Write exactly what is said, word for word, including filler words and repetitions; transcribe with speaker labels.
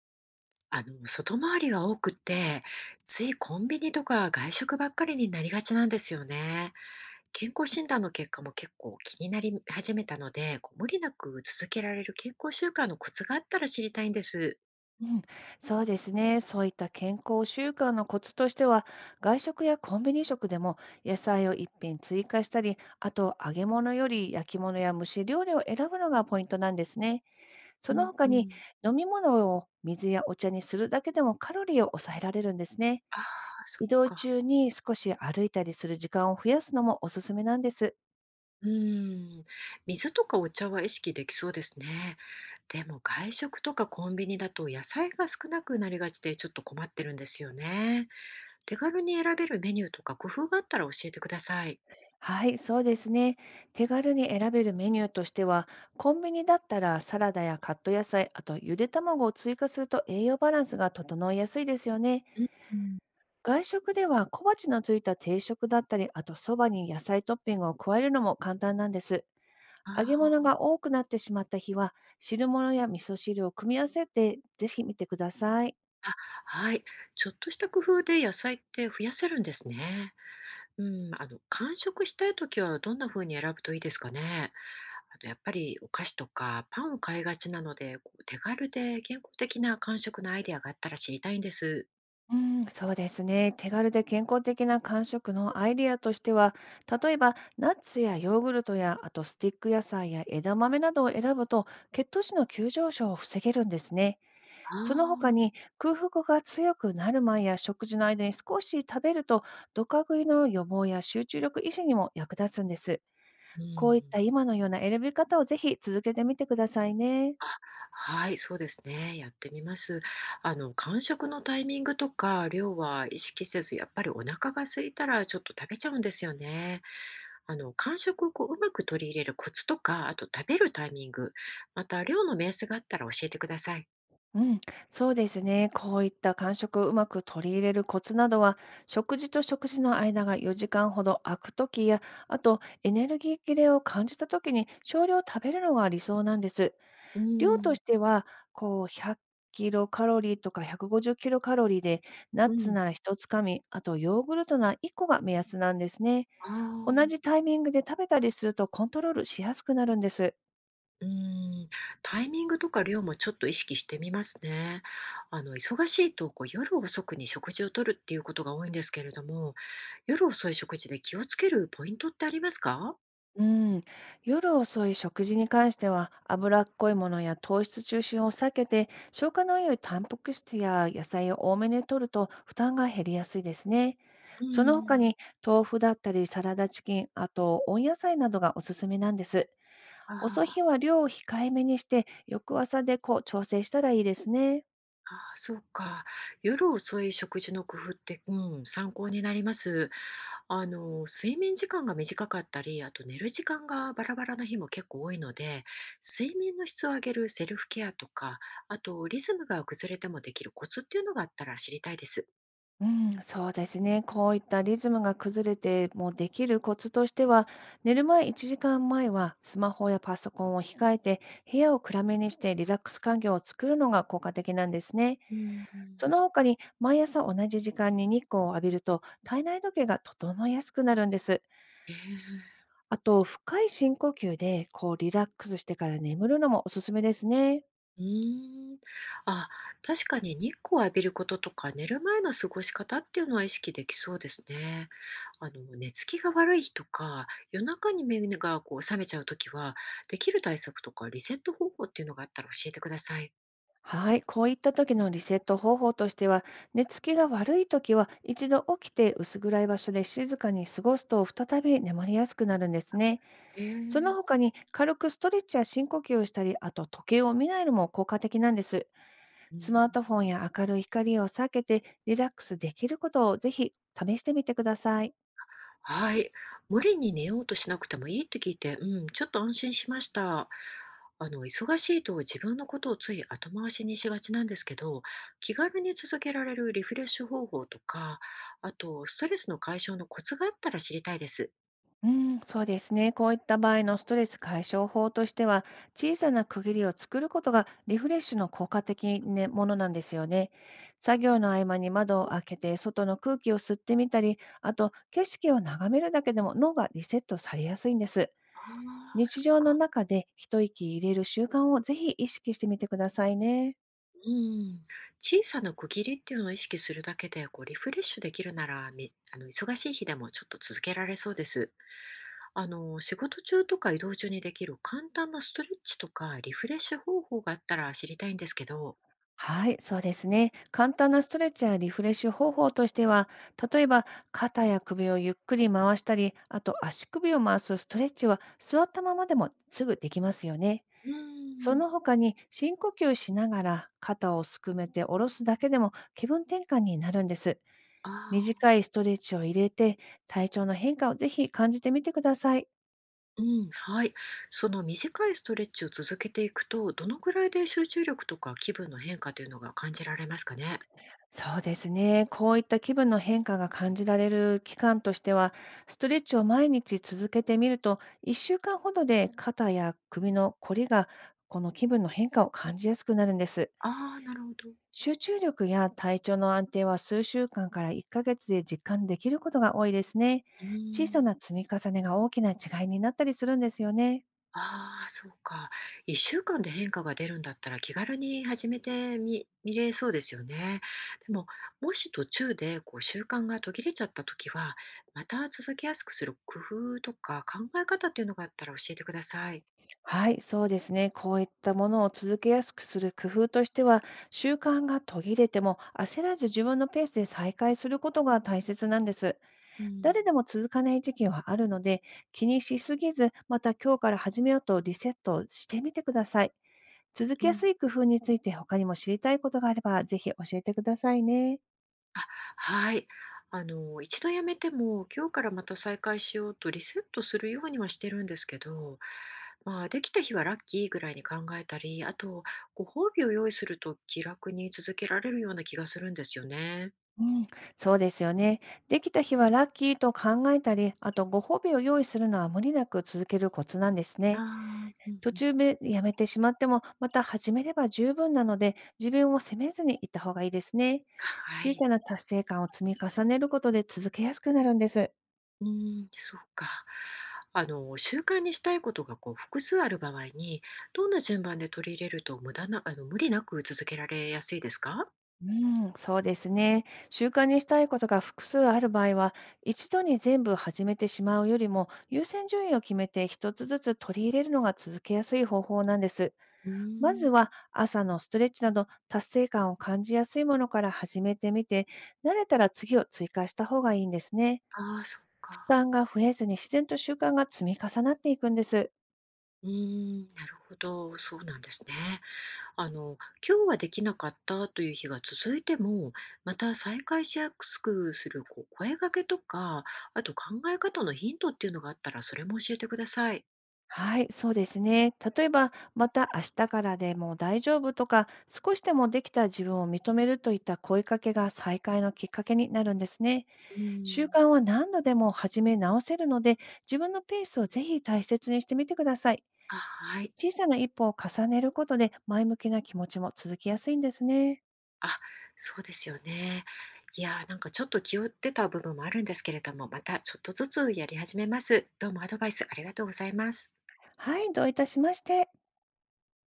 Speaker 1: あの、外回りが多くて、ついコンビニとか外食ばっかりになりがちなんですよね。健康診断の結果も結構気になり始めたので、こう無理なく続けられる健康習慣のコツがあったら知りたいんです。
Speaker 2: うん、そうですね。そういった健康習慣のコツとしては、外食やコンビニ食でも野菜を一品追加したり、あと揚げ物より焼き物や蒸し料理を選ぶのがポイントなんですね。
Speaker 1: う
Speaker 2: その
Speaker 1: ん
Speaker 2: 他
Speaker 1: う
Speaker 2: に
Speaker 1: ん。
Speaker 2: 飲み物を水やお茶にするだけでもカロリーを抑えられるんですね。
Speaker 1: ああ、そ
Speaker 2: 移
Speaker 1: っ
Speaker 2: 動
Speaker 1: か。
Speaker 2: 中に少し歩いたりする時間を増やすのもおすすめなんです。
Speaker 1: うん。水とかお茶は意識できそうですね。でも外食とかコンビニだと野菜が少なくなりがちでちょっと困ってるんですよね。手軽に選べるメニューとか工夫があったら教えてください。
Speaker 2: はい、そうですね。手軽に選べるメニューとしては、コンビニだったらサラダやカット野菜、あとゆで卵を追加すると栄養バランスが整いやすいですよね。
Speaker 1: うん。
Speaker 2: 外食では小鉢のついた定食だったり、あとそばに野菜トッピングを加えるのも簡単なんです。
Speaker 1: あ
Speaker 2: 揚げ物
Speaker 1: あ、
Speaker 2: が多くなってしまった日は、汁物や味噌汁を組み合わせてぜひ見てください。
Speaker 1: あ、はい。ちょっとした工夫で野菜って増やせるんですね。うん、あの、間食したいときはどんな風に選ぶといいですかね。あと、やっぱりお菓子とかパンを買いがちなので、こう手軽で健康的な間食のアイデアがあったら知りたいんです。
Speaker 2: うん、そうですね。手軽で健康的な間食のアイデアとしては、例えばナッツやヨーグルトや、あとスティック野菜や枝豆などを選ぶと、血糖値の急上昇を防げるんですね。
Speaker 1: あ
Speaker 2: その他
Speaker 1: あ、
Speaker 2: に空腹が強くなる前や食事の間に少し食べると、ドカ食いの予防や集中力維持にも役立つんです。
Speaker 1: う
Speaker 2: こう
Speaker 1: ん。
Speaker 2: いった今のような選び方をぜひ続けてみてくださいね。
Speaker 1: あ、はい、そうですね。やってみます。あの、間食のタイミングとか量は意識せず、やっぱりお腹が空いたらちょっと食べちゃうんですよね。あの、間食をこう、うまく取り入れるコツとか、あと食べるタイミング、また量の目安があったら教えてください。
Speaker 2: うん、そうですね。こういった間食をうまく取り入れるコツなどは、食事と食事の間がよじかんほど空くときや、あとエネルギー切れを感じたときに少量食べるのが理想なんです。
Speaker 1: う
Speaker 2: 量と
Speaker 1: ん、
Speaker 2: しては、こうひゃくキロカロリーとかひゃくごじゅっキロカロリーで、ナッ
Speaker 1: う
Speaker 2: ツ
Speaker 1: ん。
Speaker 2: ならひとつかみ、あとヨーグルトならいっこが目安なんですね。
Speaker 1: あ
Speaker 2: 同じ
Speaker 1: あ。
Speaker 2: タイミングで食べたりするとコントロールしやすくなるんです。
Speaker 1: うーん、タイミングとか量もちょっと意識してみますね。あの、忙しいとこう夜遅くに食事をとるっていうことが多いんですけれども、夜遅い食事で気をつけるポイントってありますか？
Speaker 2: うん、夜遅い食事に関しては脂っこいものや糖質中心を避けて、消化の良いタンパク質や野菜を多めに摂ると負担が減りやすいですね。
Speaker 1: うー
Speaker 2: その他
Speaker 1: ん、
Speaker 2: に豆腐だったりサラダチキン、あと温野菜などがおすすめなんです。遅い日
Speaker 1: あ、
Speaker 2: は量を控えめにして、翌朝でこう調整したらいいですね。
Speaker 1: ああーそうか。夜遅い食事の工夫って、うん、参考になります。あの、睡眠時間が短かったり、あと寝る時間がバラバラな日も結構多いので、睡眠の質を上げるセルフケアとか、あとリズムが崩れてもできるコツっていうのがあったら知りたいです。
Speaker 2: うん、そうですね。こういったリズムが崩れてもできるコツとしては、寝る前いちじかんまえはスマホやパソコンを控えて、部屋を暗めにしてリラックス環境を作るのが効果的なんですね。
Speaker 1: うん、う
Speaker 2: その
Speaker 1: ん。
Speaker 2: 他に、毎朝同じ時間に日光を浴びると、体内時計が整いやすくなるんです。
Speaker 1: ええ。
Speaker 2: あと、深い深呼吸で、こうリラックスしてから眠るのもおすすめですね。
Speaker 1: うーん。あ、確かに日光を浴びることとか寝る前の過ごし方っていうのは意識できそうですね。あの、寝つきが悪い日とか、夜中に目がこう覚めちゃうときは、できる対策とかリセット方法っていうのがあったら教えてください。
Speaker 2: はい、こういった時のリセット方法としては、寝つきが悪い時は一度起きて薄暗い場所で静かに過ごすと再び眠りやすくなるんですね。
Speaker 1: え
Speaker 2: その
Speaker 1: え、
Speaker 2: 他に軽くストレッチや深呼吸をしたり、あと時計を見ないのも効果的なんです。
Speaker 1: うん。
Speaker 2: スマートフォンや明るい光を避けて、リラックスできることをぜひ試してみてください。
Speaker 1: はい。無理に寝ようとしなくてもいいって聞いて、うん、ちょっと安心しました。あの、忙しいと自分のことをつい後回しにしがちなんですけど、気軽に続けられるリフレッシュ方法とか、あと、ストレスの解消のコツがあったら知りたいです。
Speaker 2: うん、そうですね。こういった場合のストレス解消法としては、小さな区切りを作ることがリフレッシュの効果的なものなんですよね。作業の合間に窓を開けて外の空気を吸ってみたり、あと景色を眺めるだけでも脳がリセットされやすいんです。
Speaker 1: ああ、そ
Speaker 2: 日
Speaker 1: っ
Speaker 2: 常の
Speaker 1: か。
Speaker 2: 中で一息入れる習慣をぜひ意識してみてくださいね。
Speaker 1: うん。小さな区切りっていうのを意識するだけで、こう、リフレッシュできるなら、みあの、忙しい日でもちょっと続けられそうです。あの、仕事中とか移動中にできる簡単なストレッチとかリフレッシュ方法があったら知りたいんですけど。
Speaker 2: はい、そうですね。簡単なストレッチやリフレッシュ方法としては、例えば肩や首をゆっくり回したり、あと足首を回すストレッチは座ったままでもすぐできますよね。
Speaker 1: うー
Speaker 2: そ
Speaker 1: ん。
Speaker 2: の他に深呼吸しながら肩をすくめて下ろすだけでも気分転換になるんです。
Speaker 1: あ
Speaker 2: 短いストレッチを入れて、体調の変化をぜひ感じてみてください。
Speaker 1: あ、うん、はい。その短いストレッチを続けていくと、どのくらいで集中力とか気分の変化というのが感じられますかね？
Speaker 2: そうですね。こういった気分の変化が感じられる期間としては、ストレッチを毎日続けてみると、いっしゅうかんほどで肩や首のこりが、この気分の変化を感じやすくなるんです。
Speaker 1: ああ、なるほど。
Speaker 2: 集中力や体調の安定は数週間からいっかげつで実感できることが多いですね。
Speaker 1: う
Speaker 2: 小
Speaker 1: ー
Speaker 2: さ
Speaker 1: ん。
Speaker 2: な積み重ねが大きな違いになったりするんですよね。
Speaker 1: ああ、そうか。いっしゅうかんで変化が出るんだったら気軽に始めてみ見れそうですよね。でも、もし途中でこう習慣が途切れちゃった時は、また続けやすくする工夫とか考え方っていうのがあったら教えてください。
Speaker 2: はい、そうですね。こういったものを続けやすくする工夫としては、習慣が途切れても焦らず、自分のペースで再開することが大切なんです。
Speaker 1: うん
Speaker 2: 誰でも続かない時期はあるので、気にしすぎず、また今日から始めようとリセットしてみてください。続
Speaker 1: う
Speaker 2: けや
Speaker 1: ん。
Speaker 2: すい工夫について他にも知りたいことがあれば、ぜひ教えてくださいね。
Speaker 1: あ、はい。あの、一度やめても、今日からまた再開しようとリセットするようにはしてるんですけど、まあ、できた日はラッキーぐらいに考えたり、あと、ご褒美を用意すると気楽に続けられるような気がするんですよね。
Speaker 2: うん、そうですよね。できた日はラッキーと考えたり、あとご褒美を用意するのは無理なく続けるコツなんです
Speaker 1: あ
Speaker 2: ね。
Speaker 1: あ、うん
Speaker 2: 途
Speaker 1: うん。
Speaker 2: 中でやめてしまっても、また始めれば十分なので、自分を責めずにいった方がいいですね。
Speaker 1: は
Speaker 2: 小
Speaker 1: い。
Speaker 2: さな達成感を積み重ねることで続けやすくなるんです。
Speaker 1: うーん、そうか。あの、習慣にしたいことがこう複数ある場合に、どんな順番で取り入れると無駄な、あの、無理なく続けられやすいですか？
Speaker 2: うん、そうですね。習慣にしたいことが複数ある場合は、一度に全部始めてしまうよりも、優先順位を決めて一つずつ取り入れるのが続けやすい方法なんです。
Speaker 1: うー
Speaker 2: まず
Speaker 1: ん。
Speaker 2: は朝のストレッチなど、達成感を感じやすいものから始めてみて、慣れたら次を追加した方がいいんですね。
Speaker 1: ああ、そっ
Speaker 2: 負
Speaker 1: か。
Speaker 2: 担が増えずに自然と習慣が積み重なっていくんです。
Speaker 1: うーん、なるほど、そうなんですね。あの、今日はできなかったという日が続いても、また再開しやすくするこう声掛けとか、あと考え方のヒントっていうのがあったら、それも教えてください。
Speaker 2: はい、そうですね。例えば、また明日からでも大丈夫とか、少しでもできた自分を認めるといった声かけが再開のきっかけになるんですね。
Speaker 1: うー
Speaker 2: 習
Speaker 1: ん。
Speaker 2: 慣は何度でも始め直せるので、自分のペースをぜひ大切にしてみてください。
Speaker 1: あ、はい。
Speaker 2: 小さな一歩を重ねることで、前向きな気持ちも続きやすいんですね。
Speaker 1: あ、そうですよね。いやー、なんかちょっと気負ってた部分もあるんですけれども、またちょっとずつやり始めます。どうもアドバイスありがとうございます。
Speaker 2: はい、どういたしまして。